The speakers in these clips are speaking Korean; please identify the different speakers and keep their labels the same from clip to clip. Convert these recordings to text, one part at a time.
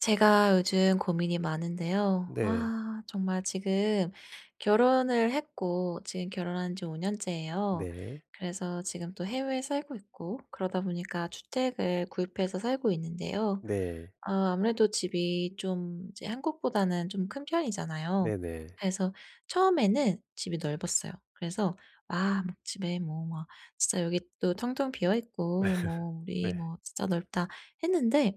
Speaker 1: 제가 요즘 고민이 많은데요.
Speaker 2: 네.
Speaker 1: 아, 정말 지금 결혼을 했고, 지금 결혼한 지 5년째예요.
Speaker 2: 네.
Speaker 1: 그래서 지금 또 해외에 살고 있고, 그러다 보니까 주택을 구입해서 살고 있는데요.
Speaker 2: 네.
Speaker 1: 아 아무래도 집이 좀 이제 한국보다는 좀 큰 편이잖아요.
Speaker 2: 네네. 네.
Speaker 1: 그래서 처음에는 집이 넓었어요. 그래서 와 막 집에 뭐 막 '진짜 여기 또 텅텅 비어 있고 뭐 우리 뭐 진짜 넓다.' 했는데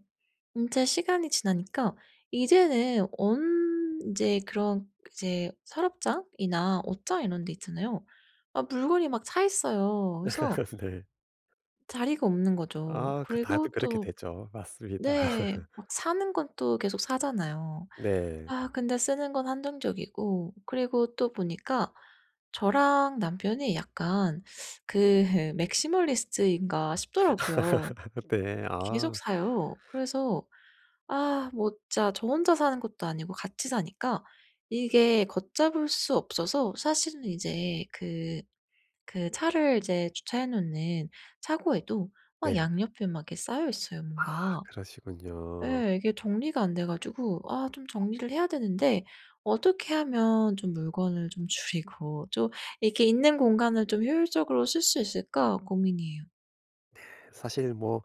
Speaker 1: 이제 시간이 지나니까 이제는 언제 그런 이제 서랍장이나 옷장 이런 데 있잖아요. 아 물건이 막 차 있어요. 그래서
Speaker 2: 네.
Speaker 1: 자리가 없는 거죠.
Speaker 2: 아, 그 다들
Speaker 1: 그리고
Speaker 2: 그렇게
Speaker 1: 또
Speaker 2: 되죠. 맞습니다.
Speaker 1: 네. 막 사는 건 또 계속 사잖아요.
Speaker 2: 네.
Speaker 1: 아 근데 쓰는 건 한정적이고 그리고 또 보니까 저랑 남편이 약간 그 맥시멀리스트인가 싶더라고요.
Speaker 2: 네.
Speaker 1: 계속
Speaker 2: 아,
Speaker 1: 사요. 그래서 아 뭐 진짜 저 혼자 사는 것도 아니고 같이 사니까 이게 걷잡을 수 없어서 사실은 이제 그 차를 이제 주차해 놓는 차고에도 막
Speaker 2: 네.
Speaker 1: 양옆에 막 이렇게 쌓여 있어요
Speaker 2: 아,
Speaker 1: 뭔가.
Speaker 2: 그러시군요.
Speaker 1: 예. 이게 정리가 안 돼 가지고 아 좀 정리를 해야 되는데 어떻게 하면 좀 물건을 좀 줄이고 좀 이렇게 있는 공간을 좀 효율적으로 쓸 수 있을까 고민이에요.
Speaker 2: 사실 뭐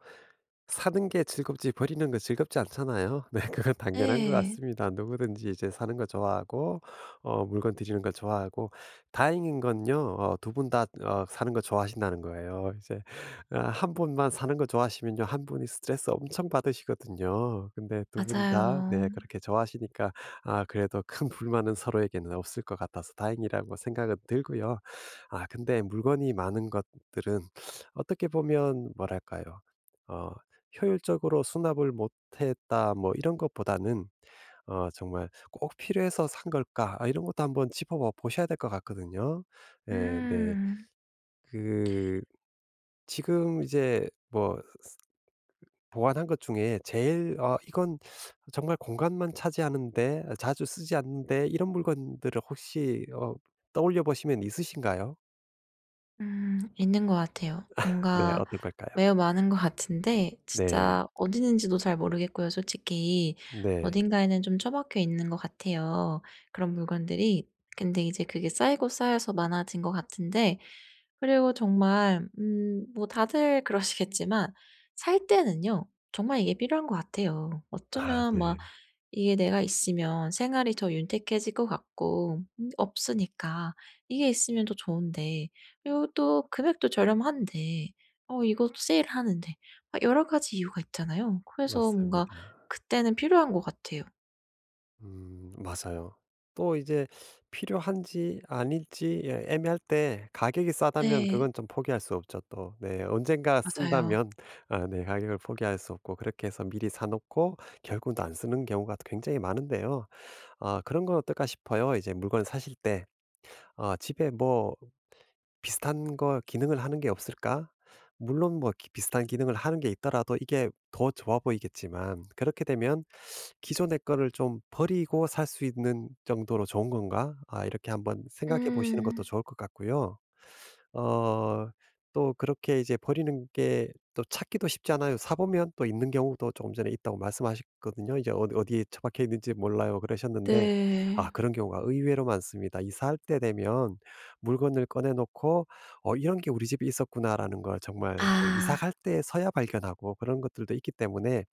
Speaker 2: 사는 게 즐겁지 버리는 거 즐겁지 않잖아요. 네, 그건 당연한 것
Speaker 1: 네.
Speaker 2: 같습니다. 누구든지 이제 사는 거 좋아하고 물건 드리는 거 좋아하고 다행인 건요. 두 분 다 사는 거 좋아하신다는 거예요. 이제 아, 한 분만 사는 거 좋아하시면요, 한 분이 스트레스 엄청 받으시거든요. 근데 두 분 다
Speaker 1: 맞아요.
Speaker 2: 네, 그렇게 좋아하시니까 아, 그래도 큰 불만은 서로에게는 없을 것 같아서 다행이라고 생각은 들고요. 아, 근데 물건이 많은 것들은 어떻게 보면 뭐랄까요? 어 효율적으로 수납을 못했다 뭐 이런 것보다는 정말 '꼭 필요해서 산 걸까?' 아, 이런 것도 한번 짚어 봐 보셔야 될 것 같거든요. 예, 네.
Speaker 1: 음.
Speaker 2: 그 지금 이제 뭐 쓰- 보관한 것 중에 제일 이건 정말 공간만 차지하는데 아, 자주 쓰지 않는데, 이런 물건들을 혹시 떠올려 보시면 있으신가요?
Speaker 1: 음. 있는 것 같아요.
Speaker 2: 네.
Speaker 1: 뭔가
Speaker 2: 어떤 걸까요?
Speaker 1: 매우 많은 것 같은데
Speaker 2: 네.
Speaker 1: 진짜 어디 있는지도 잘 모르겠고요 솔직히.
Speaker 2: 네.
Speaker 1: 어딘가에는 좀 처박혀 있는 것 같아요 그런 물건들이. 근데 이제 그게 쌓이고 쌓여서 많아진 것 같은데 그리고 정말 뭐 다들 그러시겠지만 살 때는요. 정말 이게 필요한 것 같아요.
Speaker 2: 아,
Speaker 1: 어쩌면 막
Speaker 2: 네.
Speaker 1: 이게 내가 있으면 생활이 더 윤택해질 것 같고 없으니까 이게 있으면 더 좋은데 그리고 또 금액도 저렴한데 어 이것도 세일 하는데 막 여러 가지 이유가 있잖아요. 그래서 뭔가
Speaker 2: 맞습니다.
Speaker 1: 그때는 필요한 것 같아요.
Speaker 2: 음, 맞아요. 또 이제 필요한지 아닐지 예, 애매할 때 가격이 싸다면
Speaker 1: 네.
Speaker 2: 그건 좀 포기할 수 없죠 또. 네, 언젠가
Speaker 1: 맞아요.
Speaker 2: 쓴다면 아, 네, 가격을 포기할 수 없고 그렇게 해서 미리 사 놓고 결국은 안 쓰는 경우가 굉장히 많은데요. 아, 그런 건 어떨까 싶어요. 이제 물건 사실 때 아, 집에 뭐 비슷한 거 기능을 하는 게 없을까? 물론 뭐 기 비슷한 기능을 하는 게 있더라도 이게 더 좋아 보이겠지만, 그렇게 되면 '기존의 거를 좀 버리고 살 수 있는 정도로 좋은 건가?' 아, 이렇게 한번 생각해 보시는 것도
Speaker 1: 음.
Speaker 2: 좋을 것 같고요. 어 또 그렇게 이제 버리는 게 또 찾기도 쉽지 않아요. 사 보면 또 있는 경우도, 조금 전에 있다고 말씀하셨거든요. 이제 어디 어디에 처박혀 있는지 몰라요 그러셨는데 아,
Speaker 1: 네.
Speaker 2: 그런 경우가 의외로 많습니다. 이사할 때 되면 물건을 꺼내 놓고 '어, 이런 게 우리 집에 있었구나.'라는 걸 정말 그 이사 갈
Speaker 1: 아.
Speaker 2: 때서야 발견하고 그런 것들도 있기 때문에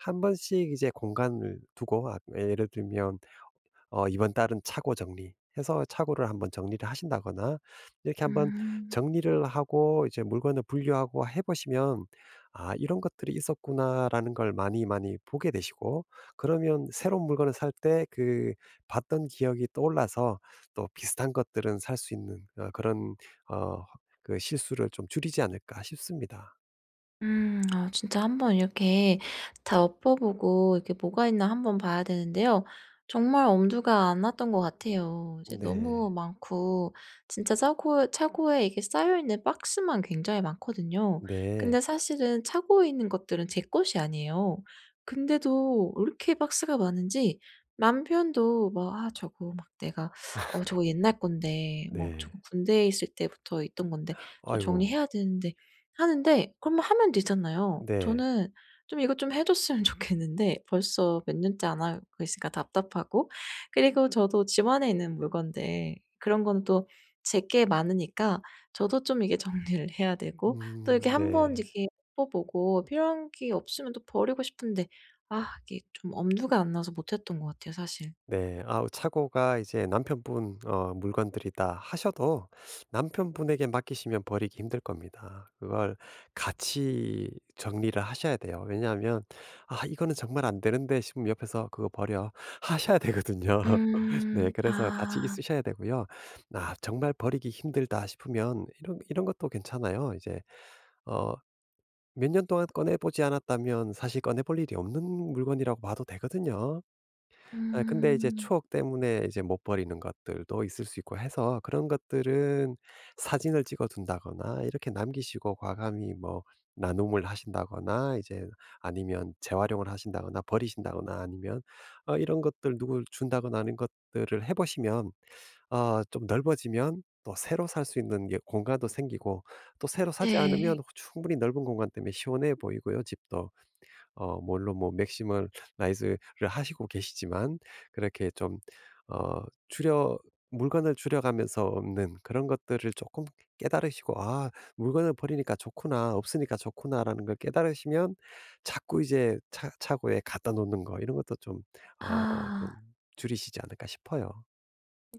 Speaker 2: 한 번씩 이제 공간을 두고 아, 예를 들면 이번 달은 차고 정리 해서 차고를 한번 정리를 하신다거나 이렇게 한번
Speaker 1: 음.
Speaker 2: 정리를 하고 이제 물건을 분류하고 해 보시면 '아, 이런 것들이 있었구나.'라는 걸 많이 많이 보게 되시고 그러면 새로운 물건을 살 때 그 봤던 기억이 떠올라서 또 비슷한 것들은 살 수 있는 어 그런 어 그 실수를 좀 줄이지 않을까 싶습니다.
Speaker 1: 음. 아 진짜 한번 이렇게 다 엎어보고 이렇게 뭐가 있나 한번 봐야 되는데요. 정말 엄두가 안 났던 것 같아요. 이제 너무
Speaker 2: 네.
Speaker 1: 많고 진짜 차고에 이게 쌓여 있는 박스만 굉장히 많거든요.
Speaker 2: 네.
Speaker 1: 근데 사실은 차고에 있는 것들은 제 것이 아니에요. 근데도 왜 이렇게 박스가 많은지 남편도 막 "아 저거 막 내가 어 저거 옛날 건데 막
Speaker 2: 네.
Speaker 1: 저거 군대에 있을 때부터 있던 건데 저
Speaker 2: 아이고.
Speaker 1: 정리해야 되는데 하는데 그러면 하면 되잖아요.
Speaker 2: 네.
Speaker 1: 저는 좀 이것 좀 해 줬으면 좋겠는데 벌써 몇 년째 안 하고 있으니까 답답하고 그리고 저도 집 안에 있는 물건데 그런 거는 또 제게 많으니까 저도 좀 이게 정리를 해야 되고 또
Speaker 2: 음,
Speaker 1: 이렇게 한번
Speaker 2: 네.
Speaker 1: 이렇게 뽑 보고 필요한 게 없으면 또 버리고 싶은데 아 이게 좀 엄두가 안 나서 못 했던 것 같아요 사실.
Speaker 2: 네. 아, 차고가 이제 남편분 물건들이다 하셔도 남편분에게 맡기시면 버리기 힘들 겁니다. 그걸 같이 정리를 하셔야 돼요. 왜냐하면 '아, 이거는 정말 안 되는데.' 싶으면 옆에서 "그거 버려." 하셔야 되거든요. 네.
Speaker 1: 음.
Speaker 2: 그래서 같이
Speaker 1: 아.
Speaker 2: 있으셔야 되고요. 아, 정말 버리기 힘들다 싶으면 이런 것도 괜찮아요. 이제 어 몇 년 동안 꺼내 보지 않았다면 사실 꺼내 볼 일이 없는 물건이라고 봐도 되거든요. 예, 근데 이제
Speaker 1: 음.
Speaker 2: 추억 때문에 이제 못 버리는 것들도 있을 수 있고 해서 그런 것들은 사진을 찍어 둔다거나 이렇게 남기시고 과감히 뭐 나눔을 하신다거나, 이제 아니면 재활용을 하신다거나 버리신다거나, 아니면 이런 것들 누굴 준다거나 하는 것들을 해 보시면 좀 넓어지면 또 새로 살 수 있는 게 공간도 생기고 또 새로 사지 않으면
Speaker 1: 네.
Speaker 2: 충분히 넓은 공간 때문에 시원해 보이고요 집도. 물론 뭐 맥시멀 라이즈를 하시고 계시지만 그렇게 좀 어 줄여 물건을 줄여가면서 없는 그런 것들을 조금 깨달으시고 '아, 물건을 버리니까 좋구나. 없으니까 좋구나.'라는 걸 깨달으시면 자꾸 이제 차 차고에 갖다 놓는 거 이런 것도 좀 어 좀
Speaker 1: 아.
Speaker 2: 줄이시지 않을까 싶어요.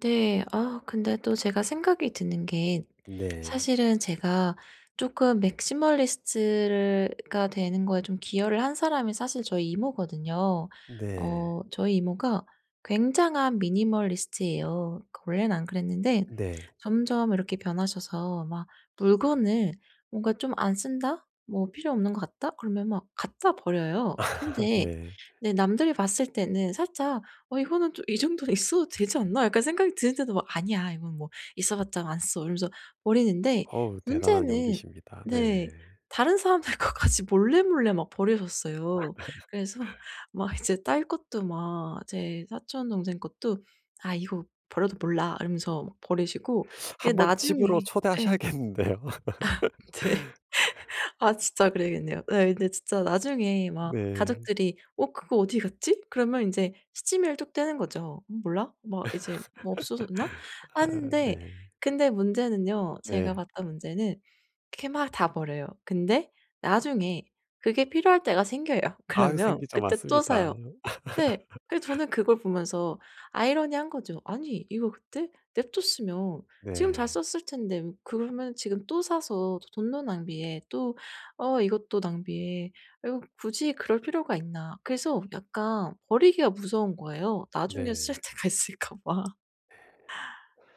Speaker 1: 네. 아 근데 또 제가 생각이 드는 게
Speaker 2: 네.
Speaker 1: 사실은 제가 조금 맥시멀리스트가 되는 거에 좀 기여를 한 사람이 사실 저희 이모거든요.
Speaker 2: 네.
Speaker 1: 어 저희 이모가 굉장한 미니멀리스트예요. 그 원래는 안 그랬는데
Speaker 2: 네.
Speaker 1: 점점 이렇게 변하셔서 막 물건을 뭔가 좀 '안 쓴다. 뭐 필요 없는 것 같다.' 그러면 막 갖다 버려요. 근데
Speaker 2: 네.
Speaker 1: 네 남들이 봤을 때는 살짝 '어 이거는 좀 이 정도는 있어도 되지 않나?' 약간 생각이 드는데도 막 '아니야. 이건 뭐 있어 봤자 안 써.' 이러면서 버리는데
Speaker 2: 어우, 대단한
Speaker 1: 문제는
Speaker 2: 용기십니다. 네.
Speaker 1: 네. 다른 사람들 것까지 몰래 몰래 막 버려줬어요. 그래서 막 이제 딸 것도 막 제 사촌 동생 것도 "아 이거 버려도 몰라." 이러면서 막 버리시고 그게
Speaker 2: 한번 집으로
Speaker 1: 나중에 예.
Speaker 2: 초대하셔야겠는데요.
Speaker 1: 네. 아 진짜 그래야겠네요. 네 근데 진짜 나중에 막
Speaker 2: 네.
Speaker 1: 가족들이 "어 그거 어디 갔지?" 그러면 인제 시치미를 뚝 떼는 거죠. 몰라." 막 이제 "뭐 없어졌나?"
Speaker 2: 아,
Speaker 1: 하는데
Speaker 2: 네.
Speaker 1: 근데 문제는요. 제가
Speaker 2: 네.
Speaker 1: 봤던 문제는 이렇게 막 다 버려요. 근데 나중에 그게 필요할 때가 생겨요.
Speaker 2: 아,
Speaker 1: 그러면
Speaker 2: 생기죠.
Speaker 1: 그때 또
Speaker 2: 맞습니다.
Speaker 1: 사요. 네. 그래서 저는 그걸 보면서 아이러니한 거죠. '아니 이거 그때 냅뒀으면 지금
Speaker 2: 네.
Speaker 1: 잘 썼을 텐데 그러면 지금 또 사서 또 돈도 낭비해. 또 어 이것도 낭비해. 이거 굳이 그럴 필요가 있나.' 그래서 약간 버리기가 무서운 거예요. 나중에 쓸
Speaker 2: 네.
Speaker 1: 때가 있을까 봐.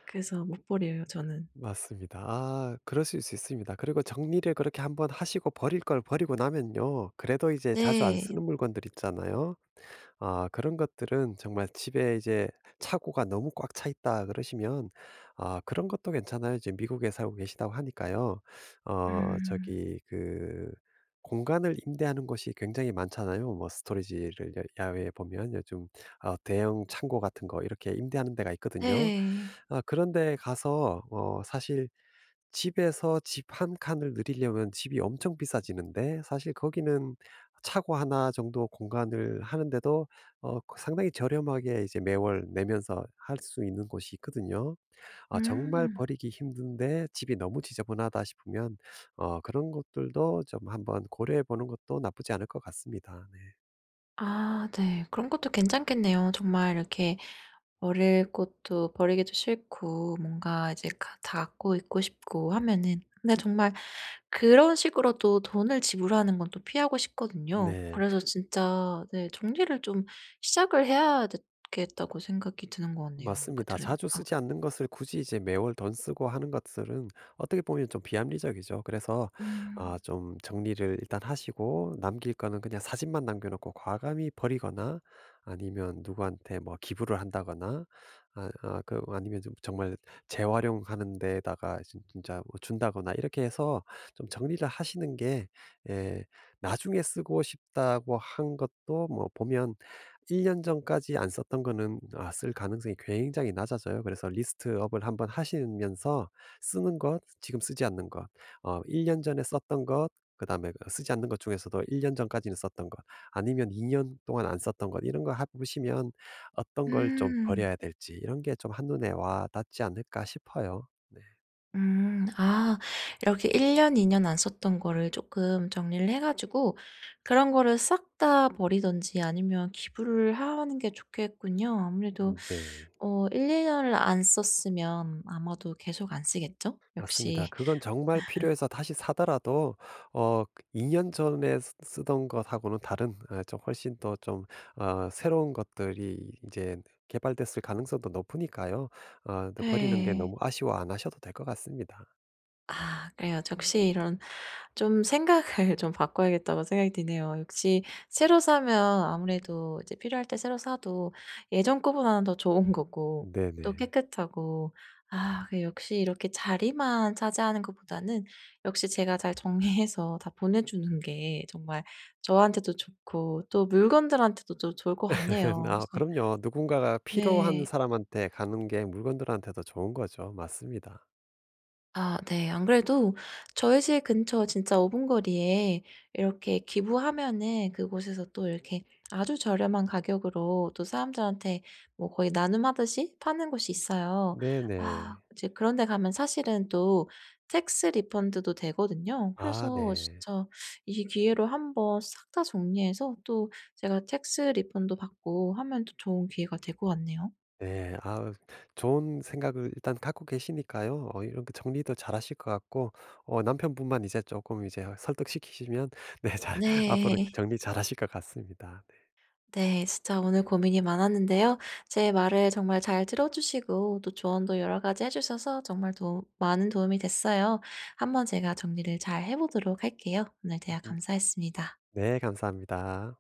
Speaker 1: 그래서 못 버려요 저는.
Speaker 2: 맞습니다. 아, 그러실 수 있습니다. 그리고 정리를 그렇게 한번 하시고 버릴 걸 버리고 나면요, 그래도 이제 자주 안
Speaker 1: 네.
Speaker 2: 쓰는 물건들 있잖아요. 아, 그런 것들은 정말 집에 이제 차고가 너무 꽉 차 있다 그러시면 아, 그런 것도 괜찮아요. 이제 미국에 살고 계시다고 하니까요.
Speaker 1: 음.
Speaker 2: 저기 그 공간을 임대하는 곳이 굉장히 많잖아요. 뭐 스토리지를 야 야외에 보면 요즘 대형 창고 같은 거 이렇게 임대하는 데가 있거든요.
Speaker 1: 네.
Speaker 2: 아, 그런 데 가서 사실 집에서 집 한 칸을 늘리려면 집이 엄청 비싸지는데, 사실 거기는 차고 하나 정도 공간을 하는데도 그 상당히 저렴하게 이제 매월 내면서 할 수 있는 곳이 있거든요. 아, 정말
Speaker 1: 음.
Speaker 2: 버리기 힘든데 집이 너무 지저분하다 싶으면 그런 것들도 좀 한번 고려해 보는 것도 나쁘지 않을 것 같습니다. 네.
Speaker 1: 아 네. 그런 것도 괜찮겠네요. 정말 이렇게 버릴 것도 버리기도 싫고 뭔가 이제 가 다 갖고 있고 싶고 하면은 근데 정말 그런 식으로 또 돈을 지불하는 건 또 피하고 싶거든요.
Speaker 2: 네.
Speaker 1: 그래서 진짜 네 정리를 좀 시작을 해야 겠다고 생각이 드는 것 같네요. 그러니까
Speaker 2: 맞습니다. 자주
Speaker 1: 들으니까.
Speaker 2: 쓰지 않는 것을 굳이 이제 매월 돈 쓰고 하는 것들은 어떻게 보면 좀 비합리적이죠. 그래서 아,
Speaker 1: 음.
Speaker 2: 좀 정리를 일단 하시고 남길 거는 그냥 사진만 남겨놓고 과감히 버리거나 아니면 누구한테 뭐 기부를 한다거나 그 아니면 좀 정말 재활용하는 데다가 진짜 뭐 준다거나 이렇게 해서 좀 정리를 하시는 게 예, 나중에 쓰고 싶다고 한 것도 뭐 보면 1년 전까지 안 썼던 거는 아, 쓸 가능성이 굉장히 낮아져요. 그래서 리스트업을 한번 하시면서 쓰는 것, 지금 쓰지 않는 것, 1년 전에 썼던 것, 그다음에 그 쓰지 않는 것 중에서도 1년 전까지는 썼던 것, 아니면 2년 동안 안 썼던 것, 이런 거 해 보시면 어떤 걸 좀
Speaker 1: 음.
Speaker 2: 버려야 될지 이런 게 좀 한눈에 와 닿지 않을까 싶어요. 네.
Speaker 1: 음. 아 이렇게 1 년, 2년 안 썼던 거를 조금 정리를 해 가지고 그런 거를 싹 다 버리든지 아니면 기부를 하는 게 좋겠군요. 아무래도
Speaker 2: 음, 네.
Speaker 1: 어 1, 2 년을 안 썼으면 아마도 계속 안 쓰겠죠?
Speaker 2: 맞습니다.
Speaker 1: 역시
Speaker 2: 그건 정말 필요해서 다시 사더라도 어 2년 전에 쓰 쓰던 것하고는 다른 아, 좀 훨씬 더 좀 새로운 것들이 이제 개발됐을 가능성도 높으니까요. 근데 버리는 게
Speaker 1: 예.
Speaker 2: 너무 아쉬워 안 하셔도 될 것 같습니다.
Speaker 1: 아 그래요. 역시 이런 좀 생각을 좀 바꿔야겠다고 생각이 드네요. 역시 새로 사면 아무래도 이제 필요할 때 새로 사도 예전 거보다는 더 좋은 거고 또
Speaker 2: 네네.
Speaker 1: 깨끗하고 아 그 역시 이렇게 자리만 차지하는 것보다는 역시 제가 잘 정리해서 다 보내주는 게 정말 저한테도 좋고 또 물건들한테도 또 좋을 것 같네요.
Speaker 2: 아,
Speaker 1: 그래서
Speaker 2: 그럼요. 누군가가 필요한
Speaker 1: 네.
Speaker 2: 사람한테 가는 게 물건들한테도 좋은 거죠. 맞습니다.
Speaker 1: 아 네. 안 그래도 저희 집 근처 진짜 5분 거리에 이렇게 기부하면은 그곳에서 또 이렇게 아주 저렴한 가격으로 또 사람들한테 뭐 거의 나눔하듯이 파는 곳이 있어요. 아
Speaker 2: 네네.
Speaker 1: 이제 그런 데 가면 사실은 또 텍스 리펀드도 되거든요.
Speaker 2: 아,
Speaker 1: 그래서
Speaker 2: 네.
Speaker 1: 진짜 이 기회로 한번 싹 다 정리해서 또 제가 텍스 리펀드 받고 하면 또 좋은 기회가 될 것 같네요.
Speaker 2: 네. 아, 좋은 생각을 일단 갖고 계시니까요. 이런 그 정리도 잘하실 것 같고 남편분만 이제 조금 이제 설득시키시면 네, 잘 앞으로
Speaker 1: 네.
Speaker 2: 정리 잘하실 것 같습니다. 네.
Speaker 1: 네, 진짜 오늘 고민이 많았는데요. 제 말을 정말 잘 들어주시고 또 조언도 여러 가지 해주셔서 정말 도 많은 도움이 됐어요. 한번 제가 정리를 잘 해보도록 할게요. 오늘 대화
Speaker 2: 음,
Speaker 1: 감사했습니다.
Speaker 2: 네, 감사합니다.